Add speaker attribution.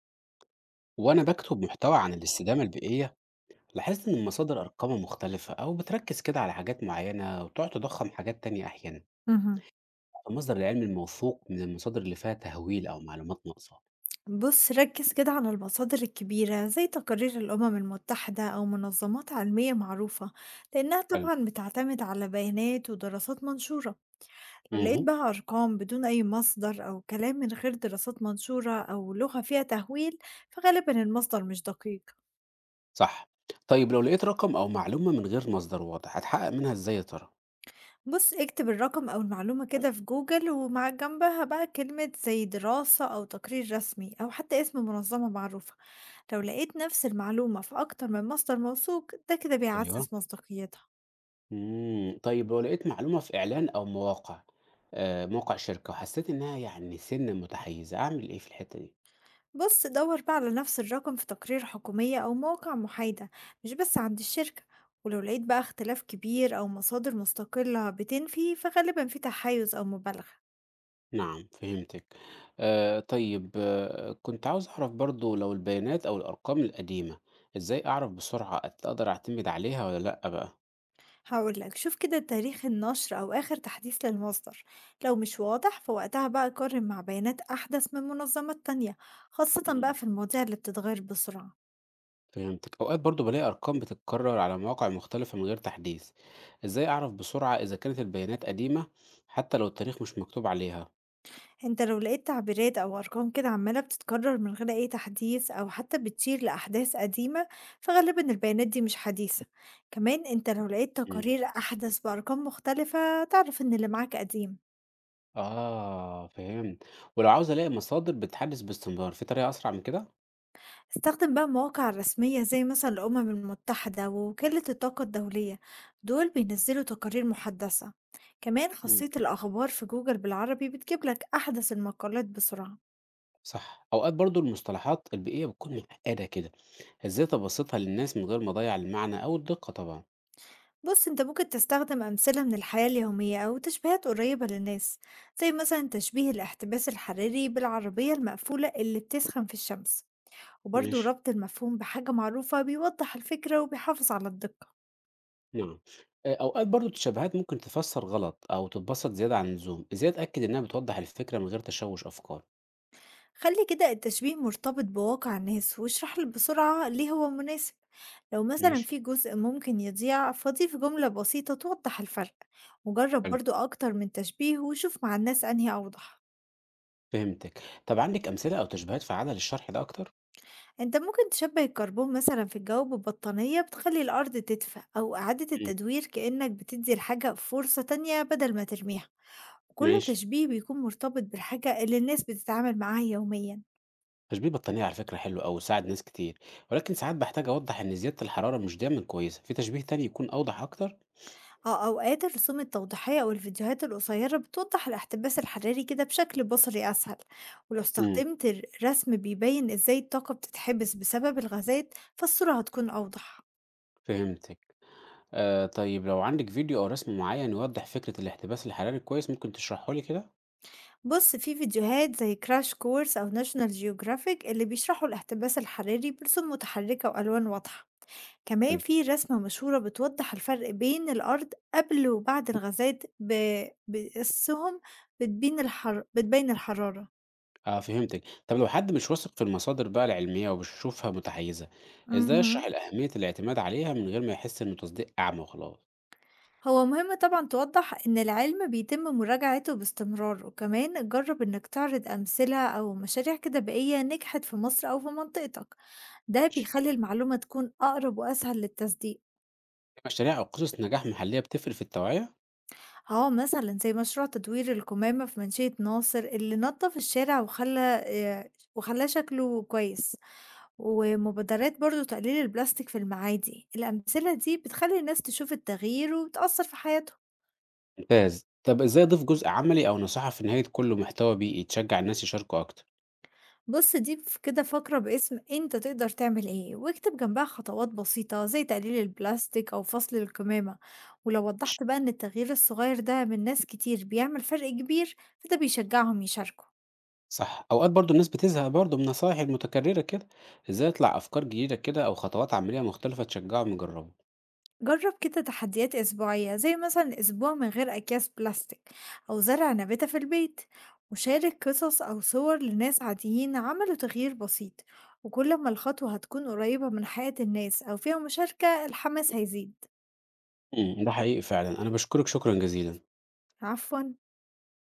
Speaker 1: وأنا بكتب محتوى عن الاستدامة البيئية، لاحظت إن المصادر أرقامها مختلفة أو بتركز كده على حاجات معينة وتقعد تضخم حاجات تانية أحيانا.
Speaker 2: اهم.
Speaker 1: المصدر العلمي الموثوق من المصادر اللي فيها تهويل أو معلومات ناقصة.
Speaker 2: بُص، ركّز كده على المصادر الكبيرة زي تقارير الأمم المتحدة أو منظمات عالمية معروفة، لإنها
Speaker 1: حلو.
Speaker 2: طبعًا بتعتمد على بيانات ودراسات منشورة. لو لقيت
Speaker 1: امم
Speaker 2: بقى أرقام بدون أي مصدر أو كلام من غير دراسات منشورة أو لغة فيها تهويل، فغالبًا المصدر مش دقيق.
Speaker 1: صح. طيب لو لقيت رقم أو معلومة من غير مصدر واضح هتحقق منها إزاي يا ترى؟
Speaker 2: بُص، اكتب الرقم أو المعلومة كده في جوجل ومع جنبها بقى كلمة زي دراسة أو تقرير رسمي أو حتى اسم منظمة معروفة. لو لقيت نفس المعلومة في أكتر من مصدر موثوق ده كده
Speaker 1: ايوه.
Speaker 2: بيعزز مصداقيتها.
Speaker 1: طيب لو لقيت معلومة في إعلان أو مواقع موقع شركة وحسيت إنها يعني سنة متحيزة، أعمل إيه في الحتة دي؟
Speaker 2: بص دور بقى على نفس الرقم في تقارير حكومية أو مواقع محايدة، مش بس عند الشركة. ولو لقيت بقى اختلاف كبير أو مصادر مستقلة بتنفي فغالبا في تحيز أو مبالغة.
Speaker 1: نعم، فهمتك. طيب، كنت عاوز أعرف برضو لو البيانات أو الأرقام القديمة إزاي أعرف بسرعة أقدر أعتمد عليها ولا لأ بقى.
Speaker 2: هقولك شوف كده تاريخ النشر أو آخر تحديث للمصدر. لو مش واضح فوقتها بقى قارن مع بيانات أحدث من منظمات تانية، خاصة بقى
Speaker 1: مم.
Speaker 2: في المواضيع اللي بتتغير بسرعة.
Speaker 1: فهمتك، أوقات برضو بلاقي أرقام بتتكرر على مواقع مختلفة من غير تحديث، إزاي أعرف بسرعة إذا كانت البيانات قديمة حتى لو التاريخ مش مكتوب عليها؟
Speaker 2: أنت لو لقيت تعبيرات أو أرقام كده عمالة بتتكرر من غير أي تحديث أو حتى بتشير لأحداث قديمة فغالبا البيانات دي مش حديثة. كمان أنت لو لقيت
Speaker 1: مم.
Speaker 2: تقارير أحدث بأرقام مختلفة تعرف إن اللي معاك قديم.
Speaker 1: آه، فهمت. ولو عاوز ألاقي مصادر بتحدث باستمرار في طريقة أسرع من كده؟
Speaker 2: استخدم بقى مواقع رسمية زي مثلا الأمم المتحدة ووكالة الطاقة الدولية، دول بينزلوا تقارير محدثة. كمان خاصية الأخبار في جوجل بالعربي بتجيب لك أحدث المقالات بسرعة.
Speaker 1: صح. أوقات برضه المصطلحات البيئية بتكون معقدة كده، إزاي أبسّطها للناس من غير ما أضيّع المعنى أو الدقة طبعًا؟
Speaker 2: بص انت ممكن تستخدم أمثلة من الحياة اليومية أو تشبيهات قريبة للناس، زي مثلا تشبيه الاحتباس الحراري بالعربية المقفولة اللي بتسخن في الشمس. وبرضه
Speaker 1: ماشي،
Speaker 2: ربط المفهوم بحاجة معروفة بيوضح الفكرة وبيحافظ على الدقة.
Speaker 1: نعم. أوقات برضه التشابهات ممكن تفسّر غلط أو تتبسط زيادة عن اللزوم، إزاي أتأكد إنها بتوضّح الفكرة من غير تشوُش أفكار؟
Speaker 2: خلي كده التشبيه مرتبط بواقع الناس واشرح له بسرعة ليه هو مناسب. لو مثلا
Speaker 1: ماشي،
Speaker 2: في جزء ممكن يضيع فضيف جملة بسيطة توضح الفرق. وجرب
Speaker 1: حلو،
Speaker 2: برضه أكتر من تشبيه وشوف مع الناس أنهي أوضح.
Speaker 1: فهمتِك. طب عندِك أمثلة أو تشبيهات فعّالة للشرح ده أكتر؟
Speaker 2: أنت ممكن تشبّه الكربون مثلًا في الجو ببطانية بتخلّي الأرض تدفى، أو إعادة
Speaker 1: إمم،
Speaker 2: التدوير كإنّك بتدّي الحاجة فرصة تانية بدل ما ترميها، وكل
Speaker 1: ماشي.
Speaker 2: تشبيه بيكون مرتبط بالحاجة اللي الناس بتتعامل معاها يوميًا.
Speaker 1: تشبيه البطانية على فكرة حلو أوي وساعد ناس كتير، ولكن ساعات باحتاج أوضّح إن زيادة الحرارة مش دايمًا كويسة، في تشبيه تاني يكون أوضح أكتر؟
Speaker 2: آه، أوقات الرسوم التوضيحية أو الفيديوهات القصيرة بتوضّح الاحتباس الحراري كده بشكل بصري أسهل، ولو
Speaker 1: إمم،
Speaker 2: استخدمت رسم بيبيّن إزاي الطاقة بتتحبس بسبب الغازات، فالصورة هتكون أوضح.
Speaker 1: فهمتِك. طيب لو عندِك فيديو أو رسم معيّن يوضّح فكرة الاحتباس الحراري كويس، ممكن تشرحه لي كده؟
Speaker 2: بص في فيديوهات زي كراش كورس أو ناشونال جيوغرافيك اللي بيشرحوا الاحتباس الحراري برسوم متحركة وألوان واضحة. كمان
Speaker 1: حلو.
Speaker 2: في رسمة مشهورة بتوضح الفرق بين الأرض قبل وبعد الغازات بقصهم، بتبين الحرارة.
Speaker 1: آه، فهمتِك. طب لو حد مش واثق في المصادر بقى العلمية وبيشوفها متحيّزة، إزاي أشرح
Speaker 2: مهم.
Speaker 1: الأهمية الاعتماد عليها من غير ما يحس إنه تصديق أعمى وخلاص؟
Speaker 2: هو مهم طبعا توضح إن العلم بيتم مراجعته باستمرار، وكمان جرب إنك تعرض أمثلة أو مشاريع كده بيئية نجحت في مصر أو في منطقتك. ده
Speaker 1: ماشي.
Speaker 2: بيخلي المعلومة تكون أقرب وأسهل للتصديق.
Speaker 1: مشاريع أو قصص نجاح محلية بتفرق في التوعية؟
Speaker 2: آه، مثلًا زي مشروع تدوير القمامة في منشية ناصر اللي نضّف الشارع وخلّى وخلّاه شكله كويس، ومبادرات برضه تقليل البلاستيك في المعادي، الأمثلة دي بتخلّي الناس تشوف التغيير وتأثّر في حياتهم.
Speaker 1: ممتاز. طب إزاي أضيف جزء عملي أو نصيحة في نهاية كل محتوى بيئي تشجّع الناس يشاركوا أكتر؟
Speaker 2: بُص ضيف كده فقرة باسم أنت تقدر تعمل إيه، واكتب جنبها خطوات بسيطة زي تقليل البلاستيك أو فصل القمامة، ولو
Speaker 1: ماشي.
Speaker 2: وضّحت بقى إن التغيير الصغير ده من ناس كتير بيعمل فرق كبير، فده بيشجعهم يشاركوا.
Speaker 1: صح. أوقات برضه الناس بتزهق برضه من النصايح المتكررة كده، إزاي أطلع أفكار جديدة كده أو خطوات عملية مختلفة تشجّعهم يجرّبوا؟
Speaker 2: جرب كده تحديات أسبوعية زي مثلا أسبوع من غير أكياس بلاستيك أو زرع نباتة في البيت، وشارك قصص أو صور لناس عاديين عملوا تغيير بسيط. وكل ما الخطوة هتكون قريبة من حياة الناس أو فيها مشاركة الحماس هيزيد.
Speaker 1: إمم، ده حقيقي فعلًا، أنا باشكرِك شكرًا جزيلًا.
Speaker 2: عفواً.